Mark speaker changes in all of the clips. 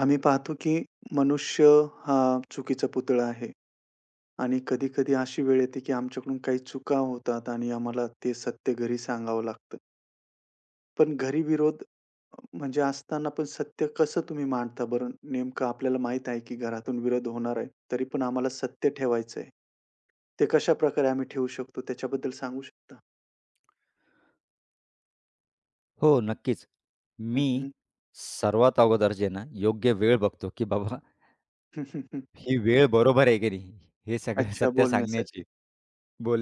Speaker 1: आम्ही पाहतो की मनुष्य हा चुकीचा पुतळा आहे आणि कधी-कधी अशी वेळ येते की आमच्याकडून काही चुका होतात आणि आम्हाला ते सत्य घरी सांगावं लागतं. पण घरी विरोध असताना पण सत्य कसं तुम्ही मांडता बरं? नेमकं आपल्याला माहीत आहे की घरातून विरोध होणार आहे, तरी पण आम्हाला सत्य ठेवायचं आहे. ते कशाप्रकारे आम्ही ठेवू शकतो त्याच्याबद्दल सांगू शकता?
Speaker 2: हो, नक्कीच.
Speaker 1: हं,
Speaker 2: मी
Speaker 1: हं.
Speaker 2: सर्वात अगोदर जे ना, योग्य वेळ बघतो, की बाबा ही वेळ बरोबर आहे की नाही? हे सगळं
Speaker 1: अच्छा,
Speaker 2: सत्य
Speaker 1: बोलण्यासाठी.
Speaker 2: सांगण्याची,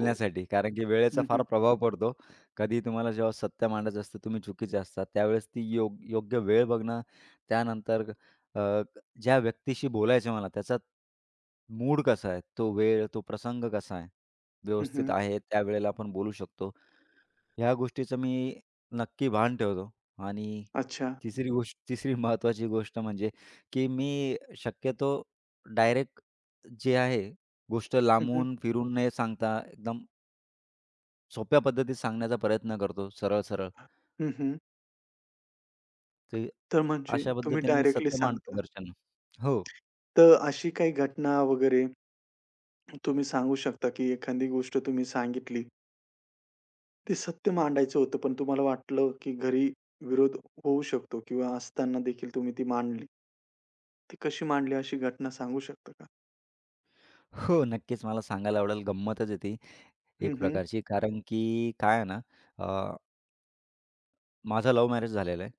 Speaker 1: हो.
Speaker 2: कारण की वेळेचा
Speaker 1: हं,
Speaker 2: फार
Speaker 1: हं.
Speaker 2: प्रभाव पडतो. कधी तुम्हाला जेव्हा सत्य मांडायचं असतं, तुम्ही चुकीचे असतात. त्यावेळेस ती योग्य वेळ बघणं, त्यानंतर अ, ज्या व्यक्तीशी बोलायचं मला, त्याचा मूड कसा आहे? तो वेळ, तो प्रसंग कसा आहे? व्यवस्थित
Speaker 1: हं,
Speaker 2: आहे, त्यावेळेला आपण बोलू शकतो. ह्या गोष्टीचं मी नक्की भान ठेवतो आणि
Speaker 1: अच्छा.
Speaker 2: तिसरी महत्त्वाची गोष्ट म्हणजे, की मी शक्यतो डायरेक्ट जे आहे गोष्ट
Speaker 1: हं, हं.
Speaker 2: लांबून फिरून न सांगता एकदम सोप्या पद्धतीत सांगण्याचा प्रयत्न करतो सरळ-सरळ.
Speaker 1: हं, हं.
Speaker 2: ते
Speaker 1: तर म्हणजे
Speaker 2: अशा
Speaker 1: तुम्ही
Speaker 2: पद्धतीने मी
Speaker 1: डायरेक्टली
Speaker 2: सत्य मांडतो
Speaker 1: सांगता.
Speaker 2: घरच्यांना. हो.
Speaker 1: तर अशी काही घटना वगैरे तुम्ही सांगू शकता, की एखादी गोष्ट तुम्ही सांगितली, ते सत्य मांडायचं होतं, पण तुम्हाला वाटलं, की घरी विरोध होऊ शकतो किंवा असताना देखील तुम्ही ती मांडली. ती कशी मांडली अशी घटना सांगू शकता का?
Speaker 2: हो, नक्कीच मला सांगायला आवडेल. गंमतच आहे
Speaker 1: हं,
Speaker 2: एक
Speaker 1: हं.
Speaker 2: प्रकारची. कारण की काय आहे ना माझं लव्ह मॅरेज झालेलं आहे.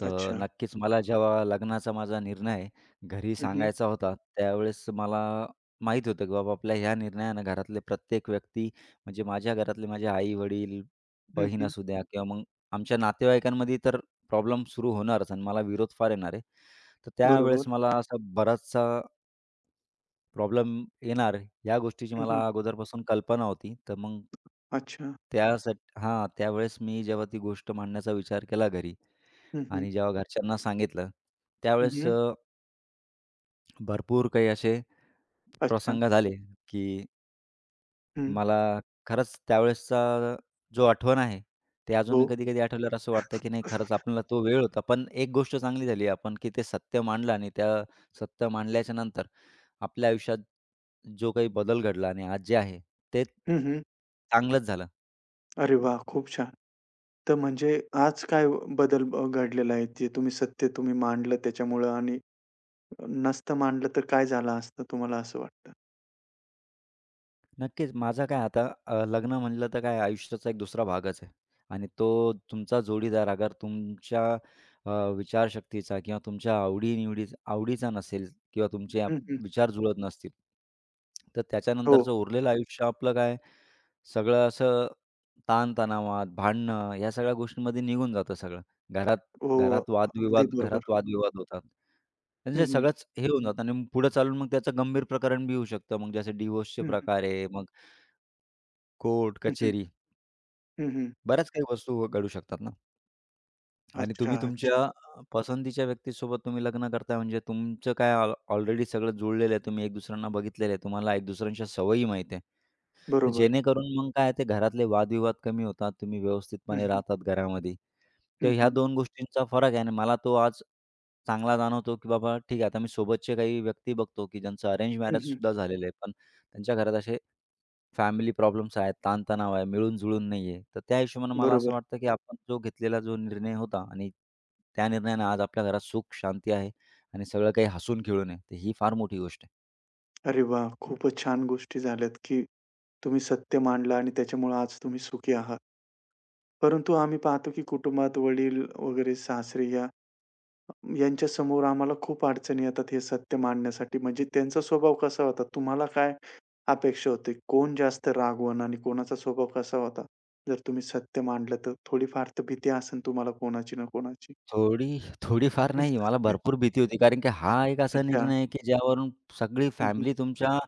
Speaker 2: तर
Speaker 1: अच्छा.
Speaker 2: नक्कीच मला जेव्हा लग्नाचा माझा निर्णय घरी
Speaker 1: हं, हं.
Speaker 2: सांगायचा होता, त्यावेळेस मला माहीत होतं, की बाबा आपल्या ह्या निर्णयानं घरातले प्रत्येक व्यक्ती म्हणजे माझ्या घरातले माझे आई-वडील,
Speaker 1: हं,
Speaker 2: बहीण
Speaker 1: हं.
Speaker 2: असू द्या किंवा मग आमच्या नातेवाईकांमध्ये तर प्रॉब्लेम सुरू होणारच आणि मला विरोध फार येणार आहे. तर त्यावेळेस
Speaker 1: बरोबर.
Speaker 2: मला असा बराचसा प्रॉब्लेम येणार या गोष्टीची
Speaker 1: हं, हं.
Speaker 2: मला अगोदरपासून कल्पना होती. तर मग
Speaker 1: अच्छा.
Speaker 2: त्यासाठी हां, त्यावेळेस मी जेव्हा ती गोष्ट मांडण्याचा विचार केला घरी,
Speaker 1: हं, हं.
Speaker 2: आणि जेव्हा घरच्यांना सांगितलं,
Speaker 1: हं,
Speaker 2: त्यावेळेस
Speaker 1: हं.
Speaker 2: भरपूर काही असे
Speaker 1: अच्छा.
Speaker 2: प्रसंग झाले, की
Speaker 1: हं.
Speaker 2: मला खरंच त्यावेळेसचा जो आठवण आहे, ते
Speaker 1: हो.
Speaker 2: अजूनही कधी-कधी आठवल्यावर असं वाटतं, की नाही खरंच आपल्याला तो वेळ होता. पण एक गोष्ट चांगली झाली आपण, की ते सत्य मांडलं आणि त्या सत्य मांडल्याच्या नंतर आपल्या आयुष्यात जो काही बदल घडला आणि आज जे आहे, ते
Speaker 1: हं, हं.
Speaker 2: चांगलंच झालं.
Speaker 1: अरे वाह! खूप छान. तर म्हणजे आज काय बदल घडलेला आहे, जे तुम्ही सत्य मांडलं त्याच्यामुळं आणि नसतं मांडलं तर काय झालं असतं तुम्हाला असं वाटतं?
Speaker 2: नक्कीच. माझा काय आता लग्न म्हटलं तर काय आयुष्याचा एक दुसरा भागच आहे आणि तो तुमचा जोडीदार अगर तुमच्या अ, विचारशक्तीचा किंवा तुमच्या आवडीचा नसेल किंवा तुमचे
Speaker 1: हं, हं.
Speaker 2: विचार जुळत नसतील, तर
Speaker 1: हो,
Speaker 2: त्याच्यानंतरचं उरलेलं आयुष्य आपलं काय सगळं असं ताण-तणावात, भांडणं या सगळ्या गोष्टींमध्ये निघून जातं सगळं. घरात
Speaker 1: हो.
Speaker 2: घरात
Speaker 1: अगदी
Speaker 2: वादविवाद घरात
Speaker 1: बरोबर.
Speaker 2: वादविवाद होतात.
Speaker 1: हं,
Speaker 2: म्हणजे
Speaker 1: हं.
Speaker 2: सगळंच हे होऊन जातं आणि पुढे चालून मग त्याचं गंभीर प्रकरण बी होऊ शकतं. मग जसे डिव्होर्सचे
Speaker 1: हं, हं.
Speaker 2: प्रकार आहे, मग कोर्ट,
Speaker 1: हं, हं.
Speaker 2: कचेरी
Speaker 1: हं, हं.
Speaker 2: बऱ्याच काही वस्तू घडू शकतात ना. आणि
Speaker 1: अच्छा,
Speaker 2: तुम्ही
Speaker 1: अच्छा.
Speaker 2: तुमच्या पसंतीच्या व्यक्तीसोबत तुम्ही लग्न करताय म्हणजे तुमचं काय ऑलरेडी सगळं जुळलेलं आहे. तुम्ही एक दुसऱ्यांना बघितलेलं आहे. तुम्हाला एक दुसऱ्यांच्या सवयी माहीत आहे. तर
Speaker 1: बरोबर.
Speaker 2: जेणेकरून मग काय ते घरातले वादविवाद कमी होतात. तुम्ही
Speaker 1: हं,
Speaker 2: व्यवस्थितपणे
Speaker 1: हं.
Speaker 2: राहतात घरामध्ये. तर
Speaker 1: हं,
Speaker 2: ह्या
Speaker 1: हं.
Speaker 2: 2 गोष्टींचा फरक आहे आणि मला तो आज चांगला जाणवतो, की बाबा ठीक आहे आता मी सोबतचे काही व्यक्ती बघतो, की ज्यांचं अरेंज
Speaker 1: हं, हं.
Speaker 2: मॅरेजसुद्धा झालेलं आहे. पण त्यांच्या घरात असे फॅमिली प्रॉब्लेम्स आहेत, ताणतणाव आहे, मिळून-जुळून नाही आहे. तर त्या हिशोबानं मला असं
Speaker 1: बरोबर.
Speaker 2: वाटतं, की आपण जो घेतलेला जो निर्णय होता आणि त्या निर्णयानं आज आपल्या घरात सुख, शांती आहे आणि सगळं काही हसून-खेळून आहे. तर ही फार मोठी गोष्ट आहे.
Speaker 1: अरे वाह! खूपच छान गोष्टी झाल्यात, की तुम्ही सत्य मांडलं आणि त्याच्यामुळे आज तुम्ही सुखी आहात. परंतु आम्ही पाहतो, की कुटुंबात वडील वगैरे सासरे यांच्यासमोर आम्हाला खूप अडचणी येतात हे सत्य मांडण्यासाठी. म्हणजे त्यांचा स्वभाव कसा होता? तुम्हाला काय अपेक्षा होती? कोण जास्त रागवण आणि कोणाचा स्वभाव कसा होता? जर तुम्ही सत्य मांडलं तर थोडीफार तर भीती असेल तुम्हाला कोणाची ना कोणाची.
Speaker 2: थोडीफार नाही, मला भरपूर भीती होती. कारण की हा एक असा
Speaker 1: अच्छा.
Speaker 2: निर्णय आहे, की ज्यावरून सगळी
Speaker 1: हं, हं.
Speaker 2: फॅमिली तुमच्या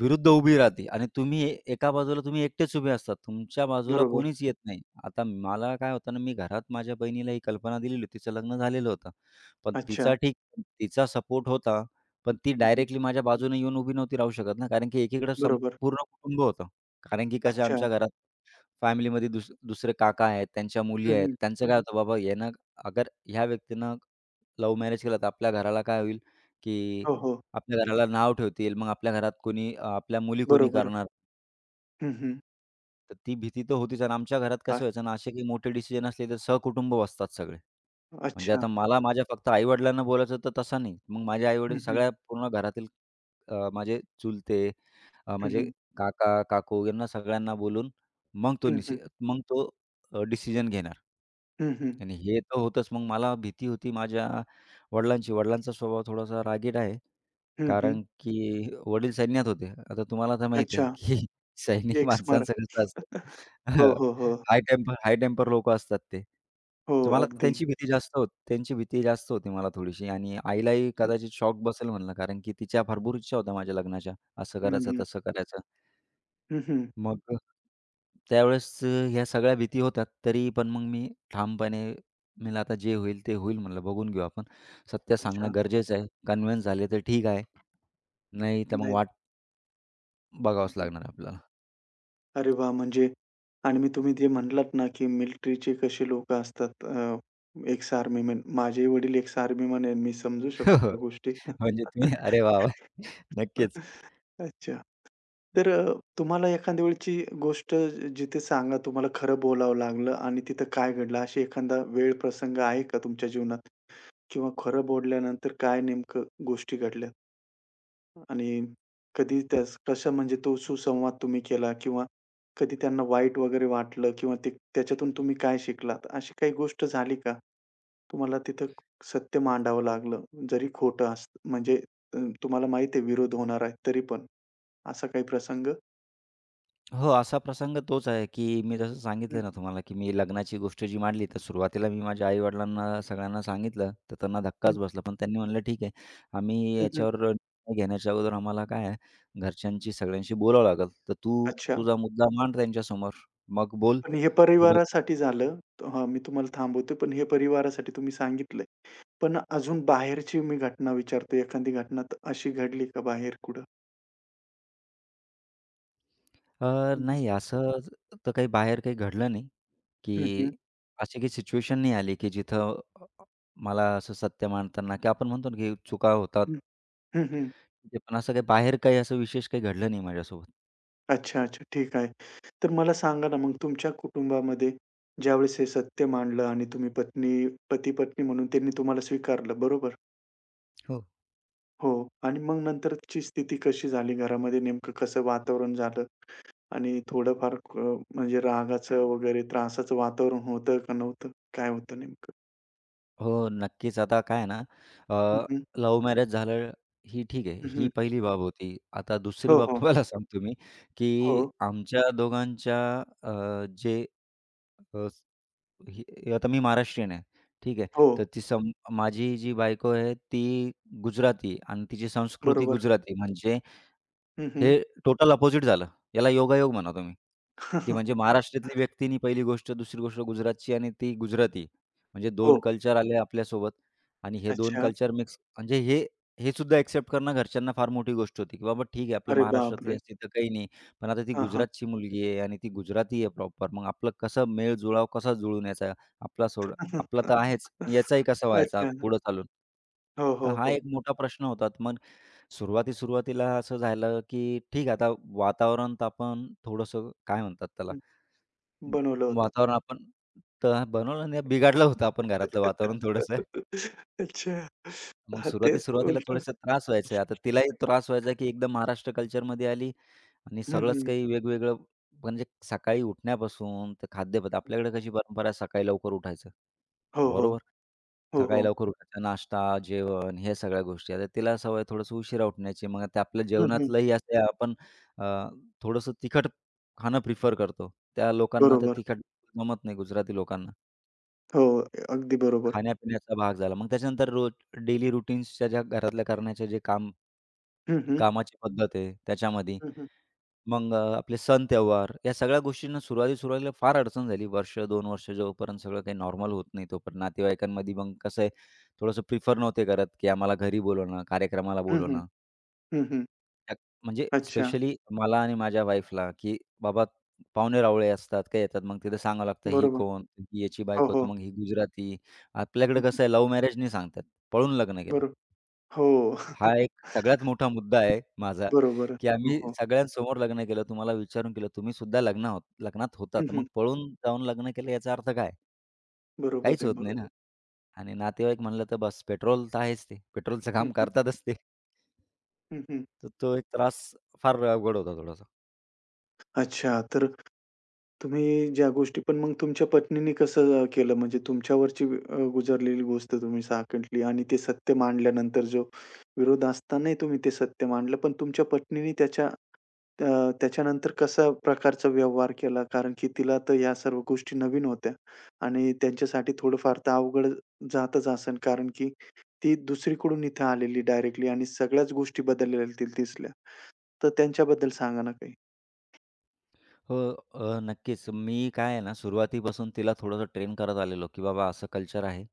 Speaker 2: विरुद्ध उभी राहते आणि तुम्ही एका बाजूला तुम्ही एकटेच उभे असतात. तुमच्या बाजूला
Speaker 1: बरोबर.
Speaker 2: कोणीच येत नाही. आता मला काय होतं ना, मी घरात माझ्या बहिणीला ही कल्पना दिलेली होती. तिचं लग्न झालेलं होतं. पण
Speaker 1: अच्छा.
Speaker 2: तिचा सपोर्ट होता. पण ती
Speaker 1: हं, हं.
Speaker 2: डायरेक्टली माझ्या बाजूने येऊन उभी नव्हती राहू शकत ना, कारण की एकीकडे
Speaker 1: बरोबर.
Speaker 2: संपूर्ण कुटुंब होतं. कारण की कसं
Speaker 1: अच्छा.
Speaker 2: आमच्या घरात फॅमिलीमध्ये दुसरे काका आहेत, त्यांच्या मुली
Speaker 1: हं,
Speaker 2: आहेत.
Speaker 1: हं.
Speaker 2: त्यांचं काय होतं, बाबा यानं अगर ह्या व्यक्तीनं लव्ह मॅरेज केलं, तर आपल्या घराला काय होईल, की
Speaker 1: हो, हो.
Speaker 2: आपल्या घराला नाव ठेवतील. मग आपल्या घरात कोणी आपल्या मुली कोणी
Speaker 1: बरोबर.
Speaker 2: करणार?
Speaker 1: हं, हं.
Speaker 2: तर ती भीती तर होतीच आणि आमच्या घरात
Speaker 1: अ
Speaker 2: कसं व्हायचं ना, असे काही मोठे डिसिजन असले, तर सहकुटुंब बसतात सगळे. म्हणजे
Speaker 1: अच्छा.
Speaker 2: आता मला माझ्या फक्त आई-वडिलांना बोलायचं होतं, तसं नाही. मग माझे
Speaker 1: हं,
Speaker 2: आई-वडील
Speaker 1: हं.
Speaker 2: सगळ्या पूर्ण घरातील माझे चुलते
Speaker 1: हं,
Speaker 2: माझे
Speaker 1: हं.
Speaker 2: काका, काकू यांना सगळ्यांना बोलून मग तो
Speaker 1: हं,
Speaker 2: निसि
Speaker 1: हं.
Speaker 2: मग तो डिसिजन घेणार.
Speaker 1: हं, हं.
Speaker 2: आणि हे तर होतंच. मग मला भीती होती माझ्या वडिलांची. वडिलांचा स्वभाव थोडासा रागीट आहे. कारण की वडील सैन्यात होते. आता तुम्हाला तर माहिती आहे, की
Speaker 1: अच्छा.
Speaker 2: सैनिक
Speaker 1: एक स्मारक.
Speaker 2: माणसांचं कसं असतं
Speaker 1: हो, हो, हो.
Speaker 2: हाय टेम्पर लोकं असतात ते.
Speaker 1: हो,
Speaker 2: तर मला
Speaker 1: अगदी.
Speaker 2: त्यांची भीती जास्त होती मला थोडीशी आणि आईलाही कदाचित शॉक बसेल म्हणलं कारण की तिच्या भरपूर इच्छा होत्या माझ्या लग्नाच्या. असं
Speaker 1: हं,
Speaker 2: करायचं,
Speaker 1: हं.
Speaker 2: तसं करायचं.
Speaker 1: हं, हं.
Speaker 2: मग त्यावेळेस ह्या सगळ्या भीती होत्या. तरी पण मग मी ठामपणे, मी म्हणलं आता जे होईल ते होईल म्हणलं बघून घेऊ आपण. सत्य सांगणं
Speaker 1: अच्छा.
Speaker 2: गरजेचं आहे. कन्व्हिन्स झाले तर ठीक आहे. नाही तर मग
Speaker 1: नाही.
Speaker 2: वाट
Speaker 1: हं,
Speaker 2: बघावंच
Speaker 1: हं.
Speaker 2: लागणार आपल्याला.
Speaker 1: अरे वाह! म्हणजे आणि तुम्ही जे म्हटलात ना, की मिलिटरीचे कसे लोकं असतात, एक्स आर्मीमन. माझे वडील एक्स आर्मीमन आहे. मी समजू
Speaker 2: हो,
Speaker 1: शकतो
Speaker 2: हो.
Speaker 1: त्या गोष्टी.
Speaker 2: म्हणजे तुम्ही अरे वाह, वाह! नक्कीच.
Speaker 1: अच्छा. तर अ, तुम्हाला एखाद्या वेळची गोष्ट जिथे सांगा तुम्हाला खरं बोलावं लागलं आणि तिथं काय घडलं? अशी एखादा वेळ, प्रसंग आहे का तुमच्या जीवनात? किंवा खरं बोलल्यानंतर काय नेमकं गोष्टी घडल्या? आणि कधी त्यास कसं म्हणजे तो सुसंवाद तुम्ही केला किंवा कधी त्यांना वाईट वगैरे वाटलं किंवा ते त्याच्यातून तुम्ही काय शिकलात? अशी काही गोष्ट झाली का? तुम्हाला तिथं सत्य मांडावं लागलं, जरी खोटं असतं म्हणजे तुम्हाला माहित आहे विरोध होणार आहे तरी पण असा काही प्रसंग?
Speaker 2: हो, असा प्रसंग तोच आहे, की मी जसं
Speaker 1: हं.
Speaker 2: सांगितलं ना तुम्हाला, की मी लग्नाची गोष्ट जी मांडली, तर सुरुवातीला मी माझ्या आई-वडिलांना सगळ्यांना सांगितलं, तर त्यांना
Speaker 1: हं,
Speaker 2: धक्काच बसला. पण त्यांनी म्हणलं, "ठीक आहे, आम्ही
Speaker 1: हं, हं.
Speaker 2: याच्यावर निर्णय घेण्याच्या अगोदर आम्हाला काय आहे, घरच्यांची सगळ्यांशी बोलावं लागेल. तर तू
Speaker 1: अच्छा.
Speaker 2: तुझा मुद्दा मांड त्यांच्यासमोर, मग बोल
Speaker 1: पण हे
Speaker 2: पुढं."
Speaker 1: परिवारासाठी झालं. हां, मी तुम्हाला थांबवतोय. पण हे परिवारासाठी तुम्ही सांगितलंय. पण अजून बाहेरची मी घटना विचारतोय. एखादी घटना अशी घडली का बाहेर कुठं? हं, हं.
Speaker 2: नाही असं तर काही बाहेर काही घडलं नाही,
Speaker 1: हं,
Speaker 2: की
Speaker 1: हं.
Speaker 2: अशी काही सिच्युएशन नाही आली, की जिथं मला असं सत्य मांडताना, की आपण म्हणतो ना, की चुका होतात
Speaker 1: हं, हं, हं.
Speaker 2: म्हणजे पण असं काही बाहेर काही असं विशेष काही घडलं नाही माझ्यासोबत.
Speaker 1: अच्छा, अच्छा. ठीक आहे. तर मला सांगा ना, मग तुमच्या कुटुंबामध्ये ज्यावेळेस हे सत्य मांडलं आणि तुम्ही पती-पत्नी म्हणून त्यांनी तुम्हाला स्वीकारलं, बरोबर?
Speaker 2: हो.
Speaker 1: हो. आणि मग नंतरची स्थिती कशी झाली? घरामध्ये नेमकं कसं वातावरण झालं? आणि थोडंफार म्हणजे रागाचं वगैरे त्रासाचं वातावरण होतं का नव्हतं? काय होतं नेमकं?
Speaker 2: हो, नक्कीच. आता काय आहे ना,
Speaker 1: हं, हं.
Speaker 2: लव्ह मॅरेज झालं ही ठीक आहे.
Speaker 1: हं,
Speaker 2: ही
Speaker 1: हं.
Speaker 2: पहिली बाब होती. आता दुसरी
Speaker 1: हो,
Speaker 2: बाब
Speaker 1: हो.
Speaker 2: तुम्हाला सांगतो मी,
Speaker 1: हो,
Speaker 2: की आमच्या दोघांच्या अ, जे अ, स- हि- हे आता मी महाराष्ट्रीयन आहे. ठीक आहे.
Speaker 1: हो.
Speaker 2: तर ती सम माझी जी बायको आहे ती गुजराती आणि तिची संस्कृती
Speaker 1: बरोबर.
Speaker 2: गुजराती म्हणजे
Speaker 1: हं, हं.
Speaker 2: हे टोटल अपोझिट झालं. याला योगायोग म्हणा तुम्ही. की म्हणजे महाराष्ट्रातली व्यक्तीनी पहिली गोष्ट, दुसरी गोष्ट गुजरातची आणि ती गुजराती. म्हणजे
Speaker 1: हो.
Speaker 2: 2 कल्चर आले आपल्यासोबत आणि हे 2
Speaker 1: अच्छा.
Speaker 2: कल्चर मिक्स म्हणजे हे हे सुद्धा एक्सेप्ट करणं घरच्यांना फार मोठी गोष्ट होती, की बाबा ठीक आहे आपल्या
Speaker 1: अरे
Speaker 2: महाराष्ट्रातली
Speaker 1: बापरे!
Speaker 2: असती तर काही नाही. पण आता ती
Speaker 1: हां, हां.
Speaker 2: गुजरातची मुलगी आहे आणि ती गुजराती आहे प्रॉपर. मग आपलं कसं मेळ-जुळाव कसा जुळून यायचा? आपला सोड आपला तर आहेच, याचाही कसा व्हायचा
Speaker 1: अच्छा.
Speaker 2: पुढं चालून?
Speaker 1: हो,
Speaker 2: तर
Speaker 1: हो,
Speaker 2: हा
Speaker 1: हो.
Speaker 2: एक मोठा प्रश्न होता. तर मग सुरुवाती-सुरुवातीला असं झालं, की ठीक आहे आता वातावरण तर आपण थोडंसं काय म्हणतात त्याला?
Speaker 1: हं. बनवलं होतं.
Speaker 2: वातावरण आपण तर बनवलं नाही, बिघडलं होतं आपण घरातलं वातावरण थोडंसं.
Speaker 1: अच्छा.
Speaker 2: मग
Speaker 1: हां,
Speaker 2: सुरुवाती
Speaker 1: तेच
Speaker 2: सुरुवातीला
Speaker 1: उलटं.
Speaker 2: थोडेसे त्रास व्हायचे. आता तिलाही त्रास व्हायचा, की एकदम महाराष्ट्र कल्चरमध्ये आली आणि
Speaker 1: हं,
Speaker 2: सगळंच
Speaker 1: हं.
Speaker 2: काही वेगवेगळं म्हणजे सकाळी उठण्यापासून तर खाद्यपदार्थ आपल्याकडे कशी परंपरा आहे सकाळी लवकर उठायचं,
Speaker 1: हो, हो.
Speaker 2: बरोबर?
Speaker 1: हो,
Speaker 2: सकाळी
Speaker 1: हो.
Speaker 2: लवकर उठायचं, नाश्ता, जेवण ह्या सगळ्या गोष्टी. आता तिला सवय थोडंसं उशिरा उठण्याची. मग आता आपल्या
Speaker 1: हं, हं.
Speaker 2: जेवणातलंही असं आपण अ, थोडंसं तिखट खाणं प्रिफर करतो. त्या लोकांना तर
Speaker 1: बरोबर.
Speaker 2: तिखट जमत नाही गुजराती लोकांना.
Speaker 1: हो, अगदी बरोबर.
Speaker 2: खाण्यापिण्याचा भाग झाला. मग त्याच्यानंतर रोज डेली रूटीन्सच्या ज्या घरातल्या करण्याचे जे काम
Speaker 1: हं, हं.
Speaker 2: कामाची पद्धत आहे त्याच्यामध्ये.
Speaker 1: हं, हं.
Speaker 2: मग आपले सण त्योहार या सगळ्या गोष्टींना सुरुवाती सुरुवातीला फार अडचण झाली. वर्ष, 2 वर्ष जोपर्यंत सगळं काही नॉर्मल होत नाही तोपर्यंत नातेवाईकांमध्ये मग कसं आहे थोडंसं प्रिफर नव्हते करत, की आम्हाला घरी बोलवणं, कार्यक्रमाला
Speaker 1: हं, हं.
Speaker 2: बोलवणं.
Speaker 1: हं, हं.
Speaker 2: त्यात म्हणजे
Speaker 1: अच्छा.
Speaker 2: स्पेशली मला आणि माझ्या वाईफला, की बाबा पाहुणे-रावळे असतात, काही येतात. मग तिथं सांगावं लागतं, ही
Speaker 1: बरोबर.
Speaker 2: कोण? ही याची
Speaker 1: हो,
Speaker 2: बायको, तर
Speaker 1: हो.
Speaker 2: मग ही गुजराती. आपल्याकडे
Speaker 1: हं, हं.
Speaker 2: कसं आहे लव्ह मॅरेज नाही सांगतात, पळून लग्न केलं.
Speaker 1: बरोबर. हो.
Speaker 2: हा एक सगळ्यात मोठा मुद्दा आहे माझा,
Speaker 1: बरोबर.
Speaker 2: की
Speaker 1: हो,
Speaker 2: आम्ही
Speaker 1: हो.
Speaker 2: सगळ्यांसमोर लग्न केलं. तुम्हाला विचारून केलं, तुम्ही सुद्धा लग्न होत लग्नात होता,
Speaker 1: हं,
Speaker 2: तर मग
Speaker 1: हं.
Speaker 2: पळून जाऊन लग्न केलं याचा अर्थ काय?
Speaker 1: बरोबर
Speaker 2: काहीच
Speaker 1: आहे,
Speaker 2: होत नाही ना.
Speaker 1: बरोबर.
Speaker 2: आणि नातेवाईक म्हणलं तर बस पेट्रोल तर आहेच ते. पेट्रोलचं
Speaker 1: हं,
Speaker 2: काम
Speaker 1: हं.
Speaker 2: करतातच ते.
Speaker 1: हं, हं.
Speaker 2: तर तो एक त्रास फार अवघड होता थोडासा.
Speaker 1: अच्छा. तर तुम्ही ज्या गोष्टी पण मग तुमच्या पत्नीने कसं, केलं? म्हणजे तुमच्यावरची गुजारलेली गोष्ट तुम्ही साकटली आणि ते सत्य मांडल्यानंतर जो विरोध असतानाही तुम्ही ते सत्य मांडलं. पण तुमच्या पत्नीने त्याच्यानंतर कसा प्रकारचा व्यवहार केला? कारण की तिला तर या सर्व गोष्टी नवीन होत्या आणि त्यांच्यासाठी थोडंफार तर अवघड जातच असेल. कारण की ती दुसरीकडून इथे आलेली डायरेक्टली आणि सगळ्याच गोष्टी बदललेल्या दिसल्या. तर त्यांच्याबद्दल सांगा ना काही?
Speaker 2: हो, नक्कीच. मी काय आहे ना, सुरुवातीपासून तिला थोडंसं ट्रेन करत आलेलो, की बाबा असं कल्चर आहे.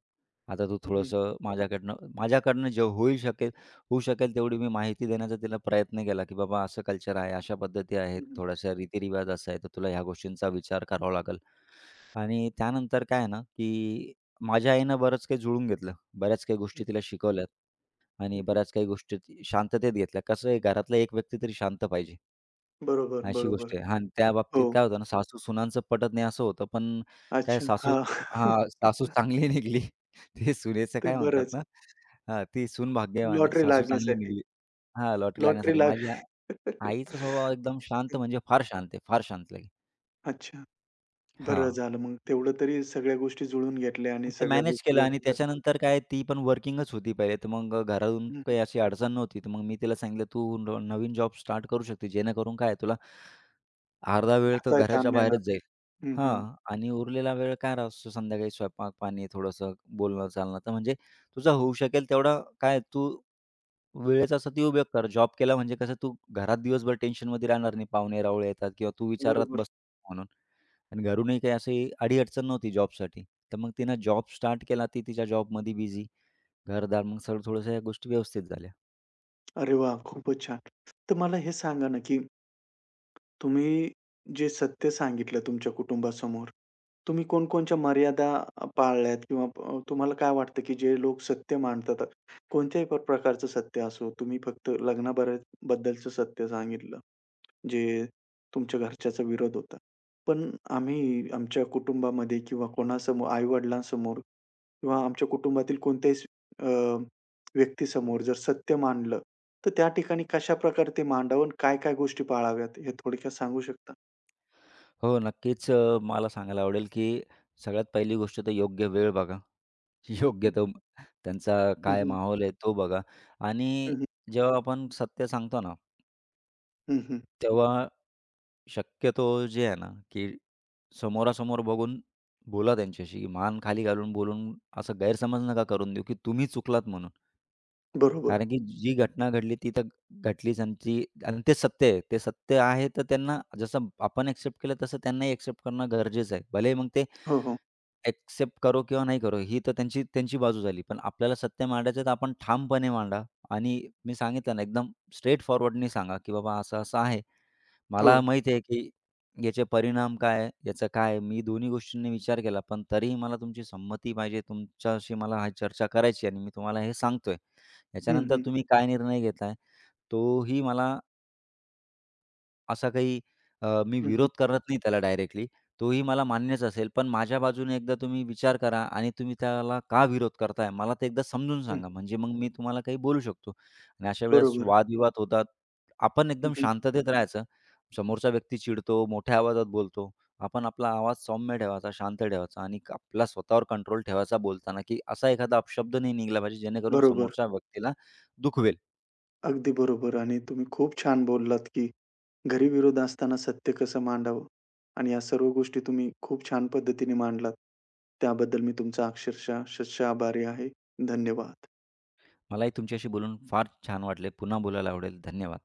Speaker 2: आता तू
Speaker 1: हं.
Speaker 2: थोडंसं माझ्याकडनं माझ्याकडनं जे होईल शकेल होऊ शकेल तेवढी मी माहिती देण्याचा तिला प्रयत्न केला, की बाबा असं कल्चर आहे, अशा पद्धती
Speaker 1: हं,
Speaker 2: आहेत,
Speaker 1: हं.
Speaker 2: थोड्याशा रीतिरिवाज असा आहे, तर तुला ह्या गोष्टींचा विचार करावा लागेल. आणि त्यानंतर काय आहे ना, की माझ्या आईनं बरंच काही जुळून घेतलं. बऱ्याच काही
Speaker 1: हं,
Speaker 2: गोष्टी तिला शिकवल्यात आणि
Speaker 1: हं.
Speaker 2: बऱ्याच काही गोष्टी शांततेत घेतल्या. कसं आहे, घरातला एक व्यक्ती तरी शांत पाहिजे.
Speaker 1: बरोबर,
Speaker 2: अशी
Speaker 1: बरोबर.
Speaker 2: गोष्ट आहे. हां आणि त्या
Speaker 1: हो.
Speaker 2: बाबतीत काय होतं ना, सासू-सुनांचं पटत नाही असं होतं, पण काय
Speaker 1: अच्छा.
Speaker 2: सासू
Speaker 1: हां.
Speaker 2: सासू चांगली निघाली. ते सुनेचं
Speaker 1: ते
Speaker 2: काय म्हणतात
Speaker 1: बरंच.
Speaker 2: ना हां, ती सून भाग्यवान आहे,
Speaker 1: लॉटरी
Speaker 2: सासू चांगली
Speaker 1: लागण्यासाठी.
Speaker 2: निघाली. हां, लॉटरी
Speaker 1: लॉटरी
Speaker 2: लागण्यासारखी.
Speaker 1: लाग
Speaker 2: माझी आ आईचा स्वभाव एकदम शांत म्हणजे फार शांत आहे, फार शांत लगे.
Speaker 1: अच्छा. बरं
Speaker 2: हां,
Speaker 1: झालं मग तेवढं तरी सगळ्या गोष्टी जुळून घेतल्या आणि
Speaker 2: मग ते
Speaker 1: सगळ्या
Speaker 2: मॅनेज
Speaker 1: गोष्टी
Speaker 2: केलं आणि
Speaker 1: व्यवस्थित झाल्या.
Speaker 2: त्याच्यानंतर काय ती पण वर्किंगच होती पहिले, तर मग घरातून
Speaker 1: हं, हं.
Speaker 2: काही अशी अडचण नव्हती. तर मग मी तिला सांगितलं, "तू नवीन जॉब स्टार्ट करू शकते, जेणेकरून काय तुला अर्धा वेळ तर
Speaker 1: घरचाही ताण
Speaker 2: घराच्या
Speaker 1: नाही येणार.
Speaker 2: बाहेरच जाईल.
Speaker 1: हं, हं.
Speaker 2: हां. आणि उरलेला वेळ काय असतो संध्याकाळी स्वयंपाक-पाणी, थोडंसं बोलणं-चालणं. तर म्हणजे तुझा होऊ शकेल तेवढा काय तू वेळेचा सदुपयोग कर. जॉब केला म्हणजे कसं तू घरात दिवसभर टेन्शनमध्ये राहणार नाही. पाहुणे-रावळे येतात किंवा तू विचारात
Speaker 1: बरोबर.
Speaker 2: बसतो म्हणून. आणि घरूनही काही अशी अडी नव्हती जॉबसाठी. तर मग तिनं जॉब स्टार्ट केला. ती तिच्या जॉबमध्ये बिझी. घरदार मग सगळं थोड्याशा या गोष्टी व्यवस्थित झाल्या.
Speaker 1: अरे वाह! खूपच छान. तर मला हे सांगा ना, की तुम्ही जे सत्य सांगितलं तुमच्या कुटुंबासमोर, तुम्ही कोणकोणच्या मर्यादा पाळल्यात किंवा, तुम्हाला काय वाटतं, की जे लोक सत्य मानतात, कोणत्याही प्रकारचं सत्य असो, तुम्ही फक्त बद्दलचं सत्य सांगितलं. जे तुमच्या घरच्याचा विरोध होता. पण आम्ही आमच्या कुटुंबामध्ये किंवा कोणासमोर आई-वडिलांसमोर किंवा आमच्या कुटुंबातील कोणत्याही अ, व्यक्तीसमोर जर सत्य मांडलं, तर त्या ठिकाणी कशाप्रकारे ते मांडावं आणि काय-काय गोष्टी पाळाव्यात हे थोडक्यात सांगू शकता?
Speaker 2: हो, नक्कीच मला सांगायला आवडेल, की सगळ्यात पहिली गोष्ट तर योग्य वेळ बघा.
Speaker 1: हं,
Speaker 2: योग्य
Speaker 1: हं.
Speaker 2: तो त्यांचा
Speaker 1: हं,
Speaker 2: काय
Speaker 1: हं.
Speaker 2: माहोल आहे तो बघा आणि
Speaker 1: हं, हं.
Speaker 2: जेव्हा आपण सत्य सांगतो ना,
Speaker 1: हं, हं.
Speaker 2: तेव्हा शक्यतो जे आहे ना, की समोरासमोर बघून बोला त्यांच्याशी, की मान खाली घालून बोलून असं गैरसमज नका करून देऊ, की तुम्ही चुकलात म्हणून.
Speaker 1: बरोबर.
Speaker 2: कारण की जी घटना घडली ती तर घडलीच आणि ती आणि ते सत्य आहे. ते सत्य आहे तर त्यांना जसं आपण एक्सेप्ट केलं तसं त्यांनाही एक्सेप्ट करणं गरजेचं आहे. भलेही मग ते
Speaker 1: हो, हो.
Speaker 2: एक्सेप्ट करो किंवा नाही करो, ही तर त्यांची त्यांची बाजू झाली. पण आपल्याला सत्य मांडायचं आहे, तर आपण ठामपणे मांडा आणि मी सांगितलं ना, एकदम स्ट्रेट फॉरवर्डनी सांगा, की "बाबा असं-असं आहे. मला
Speaker 1: हो.
Speaker 2: माहिती आहे, की याचे परिणाम काय आहे, याचं काय आहे. मी दोन्ही गोष्टींनी विचार केला, पण तरीही मला तुमची संमती पाहिजे. तुमच्याशी मला ही चर्चा करायची आणि मी तुम्हाला हे सांगतोय.
Speaker 1: हं,
Speaker 2: याच्यानंतर
Speaker 1: हं.
Speaker 2: तुम्ही काय निर्णय घेताय, तोही मला असा काही अ, मी
Speaker 1: हं, हं.
Speaker 2: विरोध करत नाही त्याला डायरेक्टली. तोही मला मान्यच असेल, पण माझ्या बाजूने एकदा तुम्ही विचार करा आणि तुम्ही त्याला का विरोध करताय? मला ते एकदा समजून
Speaker 1: हं.
Speaker 2: सांगा, म्हणजे मग मी तुम्हाला काही बोलू शकतो. आणि अशा वेळेस
Speaker 1: बरोबर.
Speaker 2: वादविवाद होतात. आपण
Speaker 1: हं,
Speaker 2: एकदम
Speaker 1: हं.
Speaker 2: शांततेत राहायचं. समोरचा व्यक्ती चिडतो, मोठ्या आवाजात बोलतो. आपण आपला आवाज सौम्य ठेवायचा, शांत ठेवायचा आणि आपला स्वतःवर कंट्रोल ठेवायचा बोलताना, की असा एखादा अपशब्द नाही निघाला पाहिजे, जेणेकरून
Speaker 1: बरोबर.
Speaker 2: समोरच्या व्यक्तीला दुखवेल.
Speaker 1: अगदी बरोबर आणि तुम्ही खूप छान बोललात की घरी विरोध असताना सत्य कसं मांडावं? आणि या सर्व गोष्टी तुम्ही खूप छान पद्धतीने मांडलात. त्याबद्दल मी तुमचा अक्षरशः शतशः आभारी आहे. धन्यवाद.
Speaker 2: मलाही तुमच्याशी बोलून फार छान वाटले. पुन्हा बोलायला आवडेल. धन्यवाद.